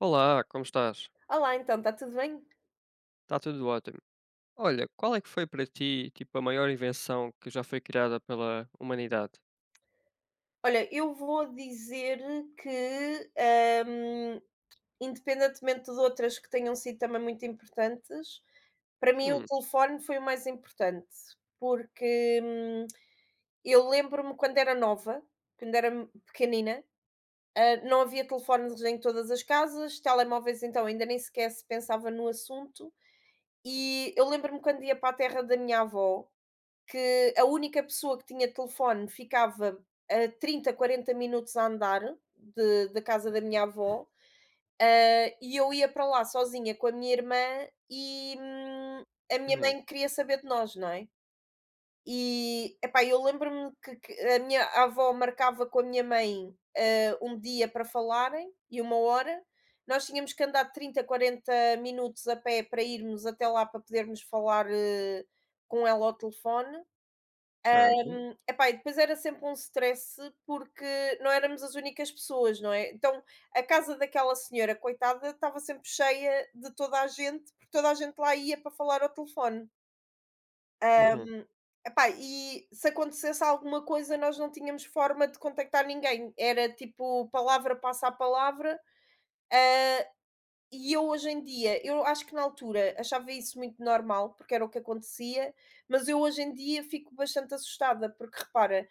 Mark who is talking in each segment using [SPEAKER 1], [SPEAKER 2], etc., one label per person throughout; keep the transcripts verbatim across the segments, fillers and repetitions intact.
[SPEAKER 1] Olá, como estás?
[SPEAKER 2] Olá, então, está tudo bem?
[SPEAKER 1] Está tudo ótimo. Olha, qual é que foi para ti, tipo, a maior invenção que já foi criada pela humanidade?
[SPEAKER 2] Olha, eu vou dizer que, hum, independentemente de outras que tenham sido também muito importantes, para mim o
[SPEAKER 1] Hum.
[SPEAKER 2] telefone foi o mais importante, porque, hum, eu lembro-me quando era nova, quando era pequenina, ah, não havia telefones em todas as casas, telemóveis então ainda nem sequer se pensava no assunto, e eu lembro-me quando ia para a terra da minha avó, que a única pessoa que tinha telefone ficava a trinta, quarenta minutos a andar de da casa da minha avó, hã, e eu ia para lá sozinha com a minha irmã e, hum, a minha
[SPEAKER 1] Uhum.
[SPEAKER 2] mãe queria saber de nós, não é? E, epá, eu lembro-me que que a minha avó marcava com a minha mãe, hã, um dia para falarem e uma hora, nós tínhamos que andar trinta, quarenta minutos a pé para irmos até lá para podermos falar, hã, com ela ao telefone.
[SPEAKER 1] Certo.
[SPEAKER 2] Epá, e depois era sempre um stress porque não éramos as únicas pessoas, não é? Então a casa daquela senhora, coitada, estava sempre cheia de toda a gente, porque toda a gente lá ia para falar ao telefone.
[SPEAKER 1] Uhum.
[SPEAKER 2] Hum, epá, e se acontecesse alguma coisa, nós não tínhamos forma de contactar ninguém. Era tipo palavra passa a palavra. E eu hoje em dia, eu acho que na altura achava isso muito normal, porque era o que acontecia, mas eu hoje em dia fico bastante assustada, porque repara,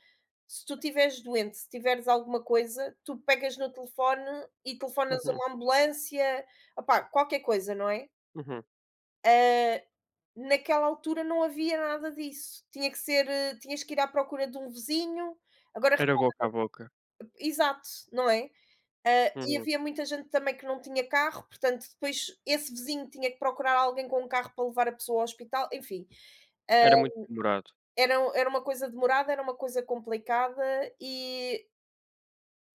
[SPEAKER 2] se tu estiveres doente, se tiveres alguma coisa, tu pegas no telefone e telefonas a
[SPEAKER 1] Uhum.
[SPEAKER 2] uma ambulância, opá, qualquer coisa, não é?
[SPEAKER 1] Uhum.
[SPEAKER 2] Ah, naquela altura não havia nada disso. Tinha que ser, eh, tinhas que ir à procura de um vizinho. Agora,
[SPEAKER 1] Era
[SPEAKER 2] repara,
[SPEAKER 1] boca a boca.
[SPEAKER 2] exato, não é? Ah, e
[SPEAKER 1] Uhum.
[SPEAKER 2] havia muita gente também que não tinha carro, portanto, depois esse vizinho tinha que procurar alguém com um carro para levar a pessoa ao hospital, enfim,
[SPEAKER 1] Era muito demorado.
[SPEAKER 2] era, era uma coisa demorada, era uma coisa complicada e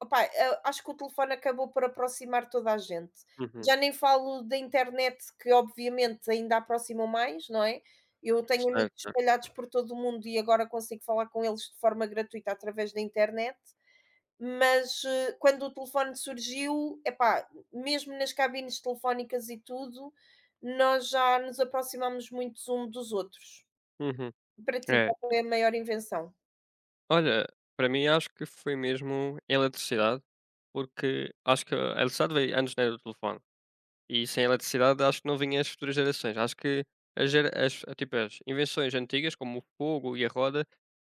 [SPEAKER 2] opá, ah, acho que o telefone acabou por aproximar toda a gente.
[SPEAKER 1] Uhum.
[SPEAKER 2] Já nem falo da internet, que obviamente ainda aproximam mais, não é? Eu tenho amigos
[SPEAKER 1] Certo, certo.
[SPEAKER 2] espalhados por todo o mundo e agora consigo falar com eles de forma gratuita através da internet. Mas, eh, quando o telefone surgiu, epá, mesmo nas cabines telefónicas e tudo, nós já nos aproximámos muito um dos outros.
[SPEAKER 1] Uhum.
[SPEAKER 2] Para ti,
[SPEAKER 1] É.
[SPEAKER 2] qual foi a maior invenção?
[SPEAKER 1] Olha, para mim acho que foi mesmo a eletricidade, porque acho que a eletricidade veio antes, né, do telefone. E sem eletricidade acho que não vinham as futuras gerações. Acho que as, gera- as, eh, tipo, as invenções antigas, como o fogo e a roda,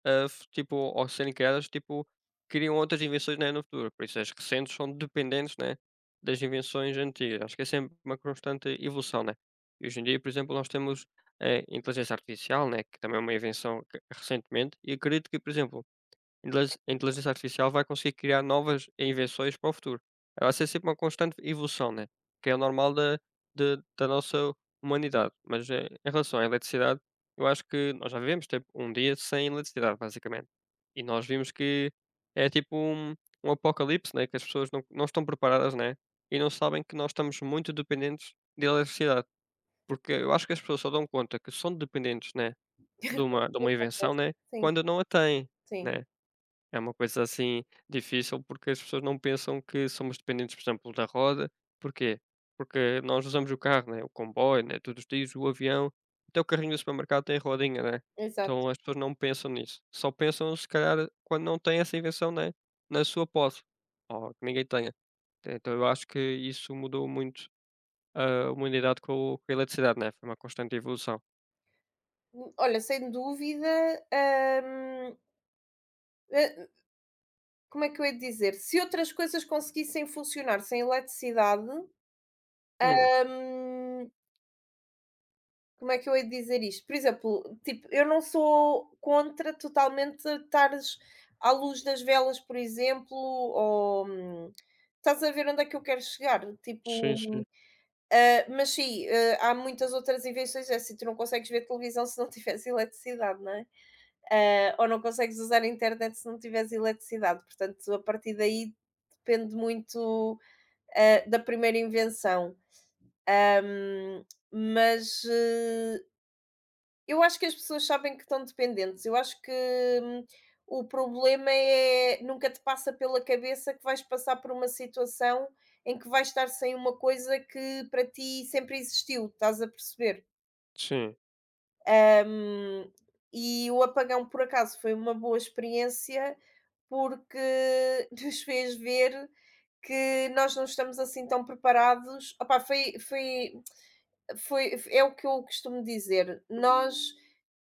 [SPEAKER 1] ah, f- tipo, ao serem criadas, tipo, criam outras invenções, né, no futuro. Por isso as recentes são dependentes, né, das invenções antigas. Acho que é sempre uma constante evolução. Né? E hoje em dia, por exemplo, nós temos a inteligência artificial, né, que também é uma invenção que- recentemente, e acredito que, por exemplo, Inteligi a inteligência artificial vai conseguir criar novas invenções para o futuro. Vai ser sempre uma constante evolução, né, que é o normal da de da nossa humanidade. Mas, eh, em relação à eletricidade, eu acho que nós já vivemos, tipo, um dia sem eletricidade, basicamente. E nós vimos que é tipo um um apocalipse, né, que as pessoas não não estão preparadas, né, e não sabem que nós estamos muito dependentes de eletricidade, porque eu acho que as pessoas só dão conta que são dependentes, né, de uma de uma invenção, né,
[SPEAKER 2] Sim,
[SPEAKER 1] quando não a têm,
[SPEAKER 2] sim,
[SPEAKER 1] né. É uma coisa assim difícil, porque as pessoas não pensam que somos dependentes, por exemplo, da roda. Porquê? Porque nós usamos o carro, né? O comboio, né? Todos os dias, o avião, até o carrinho do supermercado tem rodinha, né?
[SPEAKER 2] exato.
[SPEAKER 1] Então as pessoas não pensam nisso. Só pensam, se calhar, quando não têm essa invenção, né? Na sua posse, ou que ninguém tenha. Então eu acho que isso mudou muito, ah, a humanidade com, com a eletricidade, né? Foi uma constante evolução.
[SPEAKER 2] Hum, olha, sem dúvida, hum, eh, como é que eu ia dizer? Se outras coisas conseguissem funcionar sem eletricidade,
[SPEAKER 1] Hum,
[SPEAKER 2] hum, como é que eu hei de dizer isto? Por exemplo, tipo, eu não sou contra totalmente estares à luz das velas, por exemplo, ou, hum, estás a ver onde é que eu quero chegar,
[SPEAKER 1] sim, sim,
[SPEAKER 2] tipo, ah, mas sim, ah, há muitas outras invenções, é assim, tu não consegues ver televisão se não tiveres eletricidade, não é? Ah, ou não consegues usar a internet se não tiveres eletricidade, portanto, a partir daí depende muito, ah, da primeira invenção. Hum, mas, eh eu acho que as pessoas sabem que estão dependentes. Eu acho que, hum, o problema é nunca te passa pela cabeça que vais passar por uma situação em que vais estar sem uma coisa que para ti sempre existiu, estás a perceber?
[SPEAKER 1] sim,
[SPEAKER 2] Hum, e o apagão, por acaso, foi uma boa experiência, porque nos fez ver que nós não estamos assim tão preparados. Opá, foi foi foi é o que eu costumo dizer. Nós,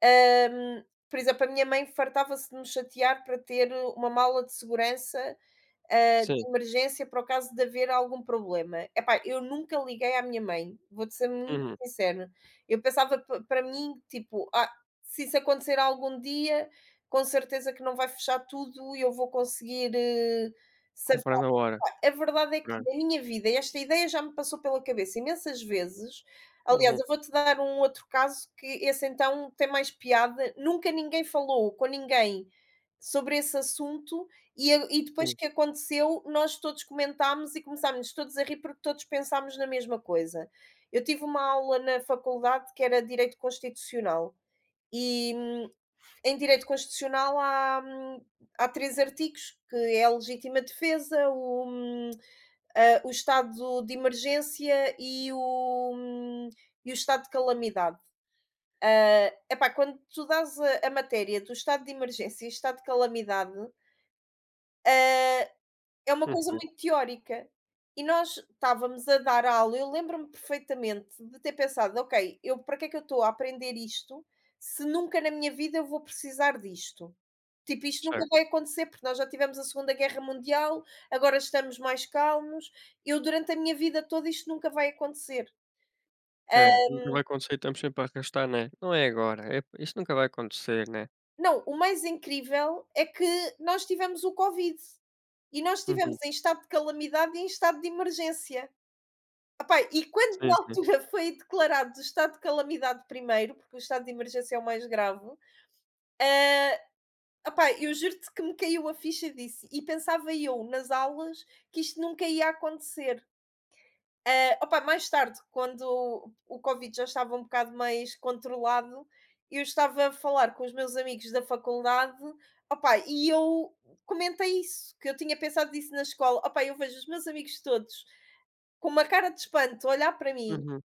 [SPEAKER 2] hã, por exemplo, a minha mãe fartava-se de nos chatear para ter uma mala de segurança, hã, de
[SPEAKER 1] sim.
[SPEAKER 2] emergência para o caso de haver algum problema. Epá, eu nunca liguei à minha mãe, vou-te ser muito
[SPEAKER 1] Uhum.
[SPEAKER 2] sincera. Eu pensava pa para mim, tipo: "Ah, se isso acontecer algum dia, com certeza que não vai fechar tudo e eu vou conseguir, eh,
[SPEAKER 1] Comprar na hora.
[SPEAKER 2] a verdade é que
[SPEAKER 1] Right.
[SPEAKER 2] na minha vida esta ideia já me passou pela cabeça imensas vezes. Aliás,
[SPEAKER 1] Uhum.
[SPEAKER 2] eu vou-te dar um outro caso que esse então tem mais piada. Nunca ninguém falou com ninguém sobre esse assunto e, a- e depois
[SPEAKER 1] Uhum.
[SPEAKER 2] que aconteceu, nós todos comentámos e começámos todos a rir porque todos pensámos na mesma coisa. Eu tive uma aula na faculdade que era Direito Constitucional. E hum, em direito constitucional há, hum, há três artigos, que é a legítima defesa, o, hum, ah, o estado de emergência e o, e o estado de calamidade. Epá, quando tu dás a, a matéria do estado de emergência e estado de calamidade, ah, é uma coisa
[SPEAKER 1] Uhum.
[SPEAKER 2] muito teórica. E nós estávamos a dar aula, eu lembro-me perfeitamente de ter pensado: "Ok, eu para que é que eu estou a aprender isto, se nunca na minha vida eu vou precisar disto?". Tipo, isto nunca
[SPEAKER 1] Certo.
[SPEAKER 2] vai acontecer, porque nós já tivemos a Segunda Guerra Mundial, agora estamos mais calmos. Eu durante a minha vida toda isto nunca vai acontecer.
[SPEAKER 1] É, nunca vai acontecer, estamos sempre a arrastar, né. Não é agora, é isso nunca vai acontecer, né.
[SPEAKER 2] Não, o mais incrível é que nós tivemos o Covid, e nós estivemos
[SPEAKER 1] Uhum.
[SPEAKER 2] em estado de calamidade e em estado de emergência. Epá, e quando na
[SPEAKER 1] Sim, sim.
[SPEAKER 2] altura foi declarado o estado de calamidade primeiro, porque o estado de emergência é o mais grave, ah, epá, eu juro-te que me caiu a ficha disso e pensava eu nas aulas que isto nunca ia acontecer. Ah, opá, mais tarde, quando o o Covid já estava um bocado mais controlado, eu estava a falar com os meus amigos da faculdade, opá, e eu comentei isso, que eu tinha pensado nisso na escola. Opá, eu vejo os meus amigos todos com uma cara de espanto a olhar para mim.
[SPEAKER 1] Uhum.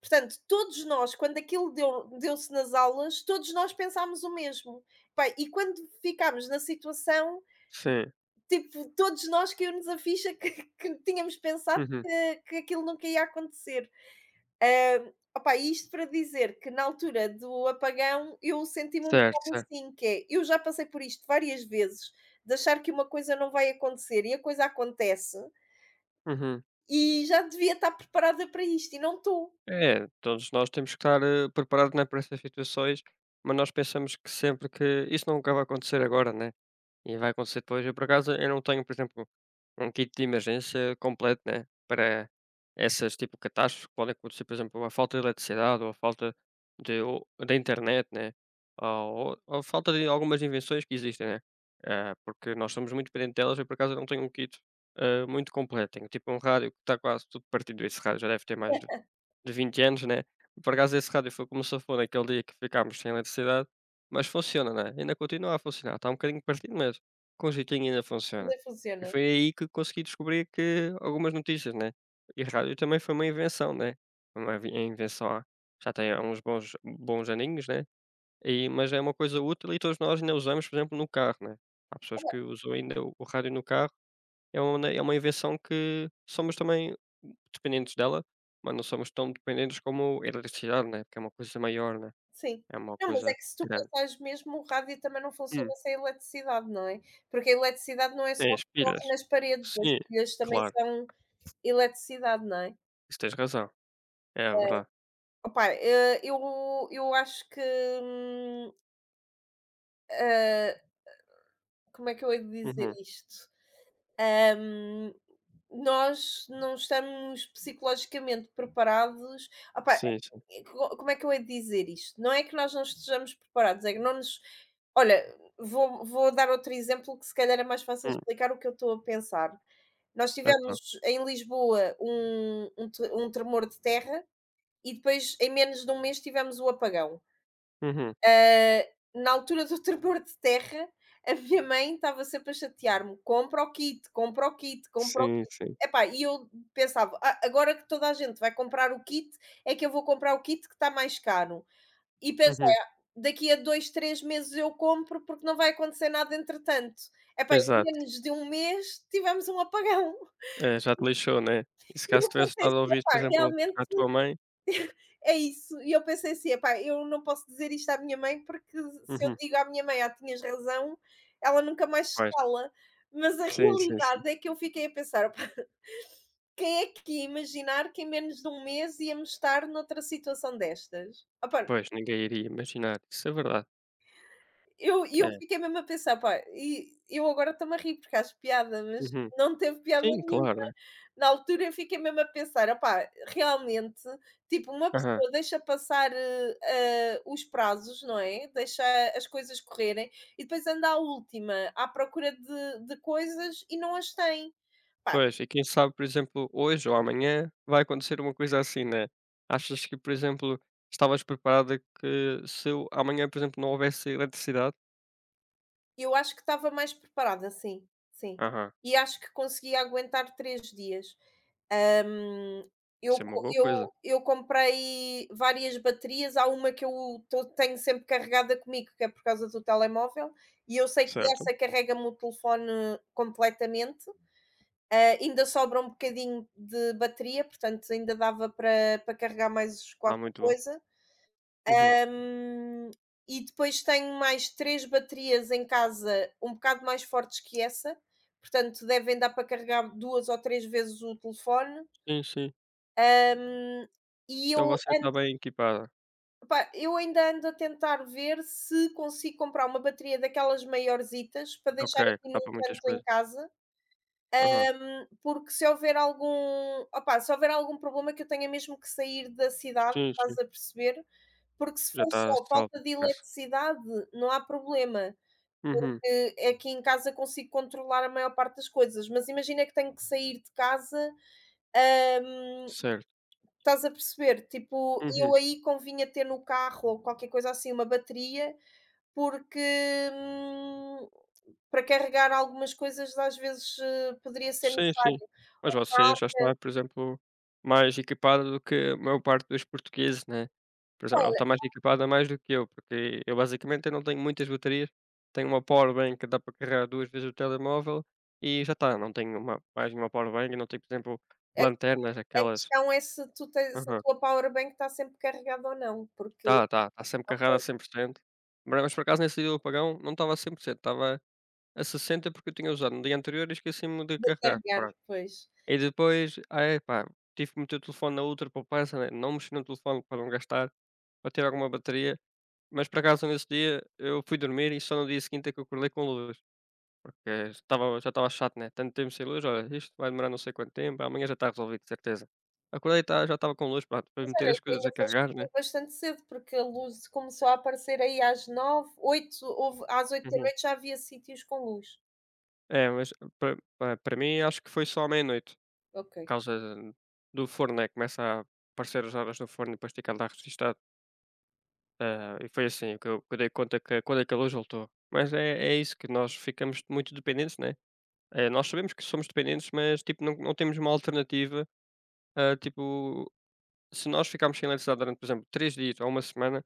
[SPEAKER 2] Portanto, todos nós, quando aquilo deu deu-se nas aulas, todos nós pensámos o mesmo. Pá, e quando ficámos na situação,
[SPEAKER 1] Sim.
[SPEAKER 2] tipo, todos nós caiu-nos a ficha que que tínhamos pensado
[SPEAKER 1] Uhum.
[SPEAKER 2] que que aquilo nunca ia acontecer. Hã, opá, e isto para dizer que na altura do apagão eu senti-me um
[SPEAKER 1] Certo,
[SPEAKER 2] pouco
[SPEAKER 1] certo.
[SPEAKER 2] assim, que é, eu já passei por isto várias vezes, de achar que uma coisa não vai acontecer e a coisa acontece,
[SPEAKER 1] Uhum.
[SPEAKER 2] e já devia estar preparada para isto e não estou.
[SPEAKER 1] É, todos nós temos que estar, eh, preparados, né, para essas situações, mas nós pensamos que sempre que isso nunca vai acontecer agora, né. E vai acontecer depois. Eu, por acaso, eu não tenho, por exemplo, um kit de emergência completo, né, para essas, tipo, catástrofes que podem acontecer, por exemplo, a falta de eletricidade ou a falta de ou da internet, né, ou ou a falta de algumas invenções que existem, né, eh, porque nós somos muito dependentes delas. Eu, por acaso, não tenho um kit, eh, muito completo. Tenho, tipo, um rádio que está quase tudo partido. Esse rádio já deve ter mais de de vinte anos, né. Por acaso esse rádio foi como safou naquele dia que ficámos sem eletricidade, mas funciona, né, ainda continua a funcionar, está um bocadinho partido, mas com jeitinho ainda
[SPEAKER 2] Ainda
[SPEAKER 1] funciona. E
[SPEAKER 2] funciona.
[SPEAKER 1] foi aí que consegui descobrir que algumas notícias, né. E rádio também foi uma invenção, né, uma vi invenção há já tem há uns bons bons aninhos, né, e mas é uma coisa útil e todos nós ainda usamos, por exemplo, no carro, né. Há pessoas que usam ainda o o rádio no carro. É uma é uma invenção que somos também dependentes dela, mas não somos tão dependentes como a eletricidade, né, que é uma coisa maior, né,
[SPEAKER 2] Sim.
[SPEAKER 1] é uma
[SPEAKER 2] Não, mas é
[SPEAKER 1] coisa
[SPEAKER 2] que se tu
[SPEAKER 1] grande.
[SPEAKER 2] pensares mesmo, o rádio também não funciona
[SPEAKER 1] Hum,
[SPEAKER 2] sem eletricidade, não é? Porque a eletricidade não é só
[SPEAKER 1] tem
[SPEAKER 2] o
[SPEAKER 1] as
[SPEAKER 2] que corre
[SPEAKER 1] pilhas.
[SPEAKER 2] nas paredes, as
[SPEAKER 1] Sim,
[SPEAKER 2] pilhas também
[SPEAKER 1] claro,
[SPEAKER 2] são eletricidade, não é?
[SPEAKER 1] isso tens razão. É verdade.
[SPEAKER 2] Opa, eh, eu eu acho que, hum, ah, como é que eu hei de dizer
[SPEAKER 1] Uhum.
[SPEAKER 2] isto? Nós não estamos psicologicamente preparados opá,
[SPEAKER 1] Sim, sim.
[SPEAKER 2] eh, co como é que eu hei de dizer isto? Não é que nós não estejamos preparados, é que não nos olha, vou vou dar outro exemplo que se calhar é mais fácil
[SPEAKER 1] Hum,
[SPEAKER 2] explicar o que eu estou a pensar. Nós
[SPEAKER 1] então.
[SPEAKER 2] tivemos em Lisboa um um te um tremor de terra e depois em menos de um mês tivemos o apagão.
[SPEAKER 1] Uhum.
[SPEAKER 2] Ah, na altura do tremor de terra, a minha mãe estava sempre a chatear-me: "Compra o kit, compra o kit, compra
[SPEAKER 1] Sim, sim.
[SPEAKER 2] Epá, e eu pensava: "Ah, agora que toda a gente vai comprar o kit, é que eu vou comprar o kit que está mais caro". E pensei:
[SPEAKER 1] Uhum.
[SPEAKER 2] "Ah, daqui a dois três meses eu compro, porque não vai acontecer nada entretanto". Epá, em
[SPEAKER 1] Exato.
[SPEAKER 2] menos de um mês tivemos um apagão.
[SPEAKER 1] É, já te lixou, né. E se
[SPEAKER 2] E
[SPEAKER 1] caso
[SPEAKER 2] eu
[SPEAKER 1] tivesse
[SPEAKER 2] pensei
[SPEAKER 1] estado a
[SPEAKER 2] assim:
[SPEAKER 1] ouvir, por
[SPEAKER 2] "Epá,
[SPEAKER 1] exemplo,
[SPEAKER 2] realmente
[SPEAKER 1] a tua mãe.
[SPEAKER 2] é isso". E eu pensei assim: "Epá, eu não posso dizer isto à minha mãe, porque se eu
[SPEAKER 1] Uhum.
[SPEAKER 2] digo à minha mãe: 'Ah, tinhas razão', ela nunca mais se
[SPEAKER 1] Pois.
[SPEAKER 2] cala". Mas a
[SPEAKER 1] Sim, sim, sim.
[SPEAKER 2] realidade é que eu fiquei a pensar: quem é que ia imaginar que em menos de um mês íamos estar noutra situação destas? Opa,
[SPEAKER 1] Pois, ninguém iria imaginar, isso é verdade.
[SPEAKER 2] eu, eu
[SPEAKER 1] É.
[SPEAKER 2] fiquei mesmo a pensar, pá, e eu agora estou-me a rir porque acho piada, mas
[SPEAKER 1] Uhum.
[SPEAKER 2] não teve piada
[SPEAKER 1] Sim,
[SPEAKER 2] nenhuma.
[SPEAKER 1] claro, né.
[SPEAKER 2] Na altura eu fiquei mesmo a pensar, opá, realmente, tipo, uma
[SPEAKER 1] Aham.
[SPEAKER 2] pessoa deixa passar eh, eh, os prazos, não é? Deixa as coisas correrem e depois anda à última, à procura de, de coisas e não as tem. Pá,
[SPEAKER 1] Pois, e quem sabe, por exemplo, hoje ou amanhã vai acontecer uma coisa assim, né? Achas que, por exemplo, estavas preparada que se o- amanhã, por exemplo, não houvesse eletricidade?
[SPEAKER 2] eu acho que estava mais preparada, sim, sim.
[SPEAKER 1] Aham,
[SPEAKER 2] E acho que consegui aguentar três dias. Hum, eu
[SPEAKER 1] isso é uma
[SPEAKER 2] co
[SPEAKER 1] boa coisa,
[SPEAKER 2] eu eu comprei várias baterias, há uma que eu to tenho sempre carregada comigo, que é por causa do telemóvel, e eu sei que
[SPEAKER 1] certo?
[SPEAKER 2] essa carrega-me o telefone completamente, ah, ainda sobra um bocadinho de bateria, portanto ainda dava para para carregar mais
[SPEAKER 1] Ah,
[SPEAKER 2] qualquer
[SPEAKER 1] muito bom.
[SPEAKER 2] coisa.
[SPEAKER 1] Uhum.
[SPEAKER 2] Hum, e depois tenho mais três baterias em casa, um bocado mais fortes que essa, portanto devem dar para carregar duas ou três vezes o telefone.
[SPEAKER 1] Sim, sim.
[SPEAKER 2] Hum, e eu
[SPEAKER 1] Então você
[SPEAKER 2] an
[SPEAKER 1] está bem equipada.
[SPEAKER 2] pá, eu ainda ando a tentar ver se consigo comprar uma bateria daquelas maiorzitas para
[SPEAKER 1] Ok,
[SPEAKER 2] deixar aqui
[SPEAKER 1] dá
[SPEAKER 2] num
[SPEAKER 1] para muitas
[SPEAKER 2] canto em
[SPEAKER 1] coisas.
[SPEAKER 2] casa,
[SPEAKER 1] Aham.
[SPEAKER 2] porque se houver algum opá, se houver algum problema que eu tenha mesmo que sair da cidade,
[SPEAKER 1] Sim, sim.
[SPEAKER 2] estás a perceber? Porque se
[SPEAKER 1] Já
[SPEAKER 2] for
[SPEAKER 1] está
[SPEAKER 2] só
[SPEAKER 1] salva,
[SPEAKER 2] falta de
[SPEAKER 1] essa.
[SPEAKER 2] eletricidade, não há problema.
[SPEAKER 1] Uhum,
[SPEAKER 2] Porque aqui em casa consigo controlar a maior parte das coisas, mas imagina que tenho que sair de casa, hum,
[SPEAKER 1] certo.
[SPEAKER 2] estás a perceber? Tipo,
[SPEAKER 1] Uhum.
[SPEAKER 2] eu aí convinha ter no carro ou qualquer coisa assim uma bateria, porque, hum, para carregar algumas coisas às vezes, eh, poderia ser
[SPEAKER 1] Sim, sim.
[SPEAKER 2] necessário.
[SPEAKER 1] Mas você já está, por exemplo, mais equipada do que a maior parte dos portugueses, né. Por exemplo, ela
[SPEAKER 2] Olha,
[SPEAKER 1] está mais equipada mais do que eu, porque eu basicamente eu não tenho muitas baterias, tenho uma powerbank que dá para carregar duas vezes o telemóvel e já está, não tenho uma mais nenhuma powerbank, não tenho, por exemplo,
[SPEAKER 2] a
[SPEAKER 1] lanternas,
[SPEAKER 2] a
[SPEAKER 1] aquelas.
[SPEAKER 2] questão é se tu tens a
[SPEAKER 1] Aham.
[SPEAKER 2] tua powerbank está sempre carregada ou não, porque
[SPEAKER 1] tá está, está sempre carregada a
[SPEAKER 2] ok,
[SPEAKER 1] cem por cento. Mas mas por acaso nesse dia do apagão não estava a cem por cento, estava a sessenta, porque eu tinha usado no dia anterior e esqueci-me de
[SPEAKER 2] de
[SPEAKER 1] carregar,
[SPEAKER 2] carregar,
[SPEAKER 1] pronto.
[SPEAKER 2] depois.
[SPEAKER 1] E depois, ah, é pá, tive que meter o telefone na outra poupança, né, não mexer no telefone para não gastar, para ter alguma bateria, mas por acaso nesse dia eu fui dormir e só no dia seguinte é que eu acordei com luz, porque estava, já estava chato, né, tanto tempo sem luz, olha, isto vai demorar não sei quanto tempo, amanhã já está resolvido, de certeza. Acordei, e tá, já estava com luz, pronto, para
[SPEAKER 2] Mas
[SPEAKER 1] meter
[SPEAKER 2] olha
[SPEAKER 1] as
[SPEAKER 2] que
[SPEAKER 1] coisas
[SPEAKER 2] ainda
[SPEAKER 1] a
[SPEAKER 2] foste
[SPEAKER 1] carregar, né.
[SPEAKER 2] dormir bastante cedo, porque a luz começou a aparecer aí às nove oito vinte horas, houve às
[SPEAKER 1] Uhum.
[SPEAKER 2] vinte horas já havia sítios com luz.
[SPEAKER 1] É, mas para para para mim acho que foi só à meia-noite,
[SPEAKER 2] Ok,
[SPEAKER 1] por causa do forno, né, começa a aparecer as horas no forno e depois tem que andar registado. Ah, e foi assim que eu que eu dei conta que quando aquela luz voltou. Mas é é isso que nós ficamos muito dependentes, né, eh, nós sabemos que somos dependentes, mas, tipo, não não temos uma alternativa, ah, tipo, se nós ficarmos sem eletricidade durante, por exemplo, três dias ou uma semana,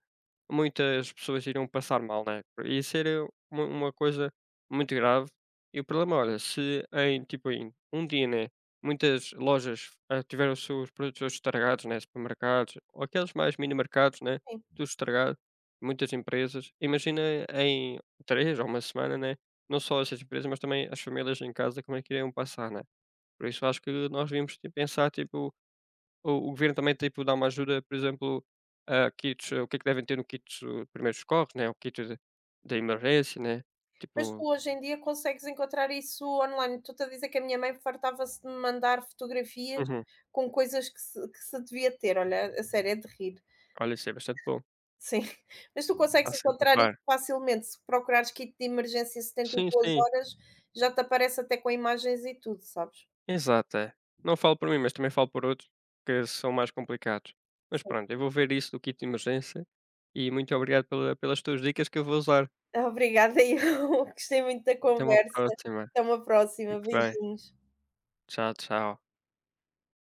[SPEAKER 1] muitas pessoas iriam passar mal, né? Ia ser, eh, uma uma coisa muito grave. E o problema, olha, se em, tipo, em um dia, né, muitas lojas, ah, tiveram os seus produtos todos estragados, né, supermercados, ou aqueles mais mini mercados, né,
[SPEAKER 2] sim.
[SPEAKER 1] tudo estragado, muitas empresas. Imagina em três ou uma semana, né, não só essas empresas, mas também as famílias em casa, como é que iriam passar, né? Por isso acho que nós devíamos, tipo, pensar, tipo, o o governo também, tipo, dá uma ajuda, por exemplo, a kits, eh, o que é que devem ter no kit de primeiros socorros, né, o kit de de emergência, né,
[SPEAKER 2] Mas tu
[SPEAKER 1] tipo.
[SPEAKER 2] hoje em dia consegues encontrar isso online. Tu te a dizer que a minha mãe fartava-se de me mandar fotografias
[SPEAKER 1] Uhum.
[SPEAKER 2] com coisas que se que se devia ter. Olha, a sério, é de rir.
[SPEAKER 1] Olha, isso é bastante bom.
[SPEAKER 2] Sim, mas tu consegues
[SPEAKER 1] Está sempre a
[SPEAKER 2] encontrar isso
[SPEAKER 1] par.
[SPEAKER 2] facilmente, se procurares kit de emergência setenta e
[SPEAKER 1] Sim,
[SPEAKER 2] duas
[SPEAKER 1] sim.
[SPEAKER 2] horas, já te aparece até com imagens e tudo, sabes?
[SPEAKER 1] Exato, é. Não falo por mim, mas também falo por outros que são mais complicados. Mas pronto, eu vou ver isso do kit de emergência e muito obrigado pela pelas tuas dicas que eu vou usar.
[SPEAKER 2] Obrigada e eu, gostei muito da
[SPEAKER 1] Até uma
[SPEAKER 2] conversa.
[SPEAKER 1] próxima.
[SPEAKER 2] Até uma próxima,
[SPEAKER 1] Fique bem.
[SPEAKER 2] beijinhos.
[SPEAKER 1] Tchau, tchau.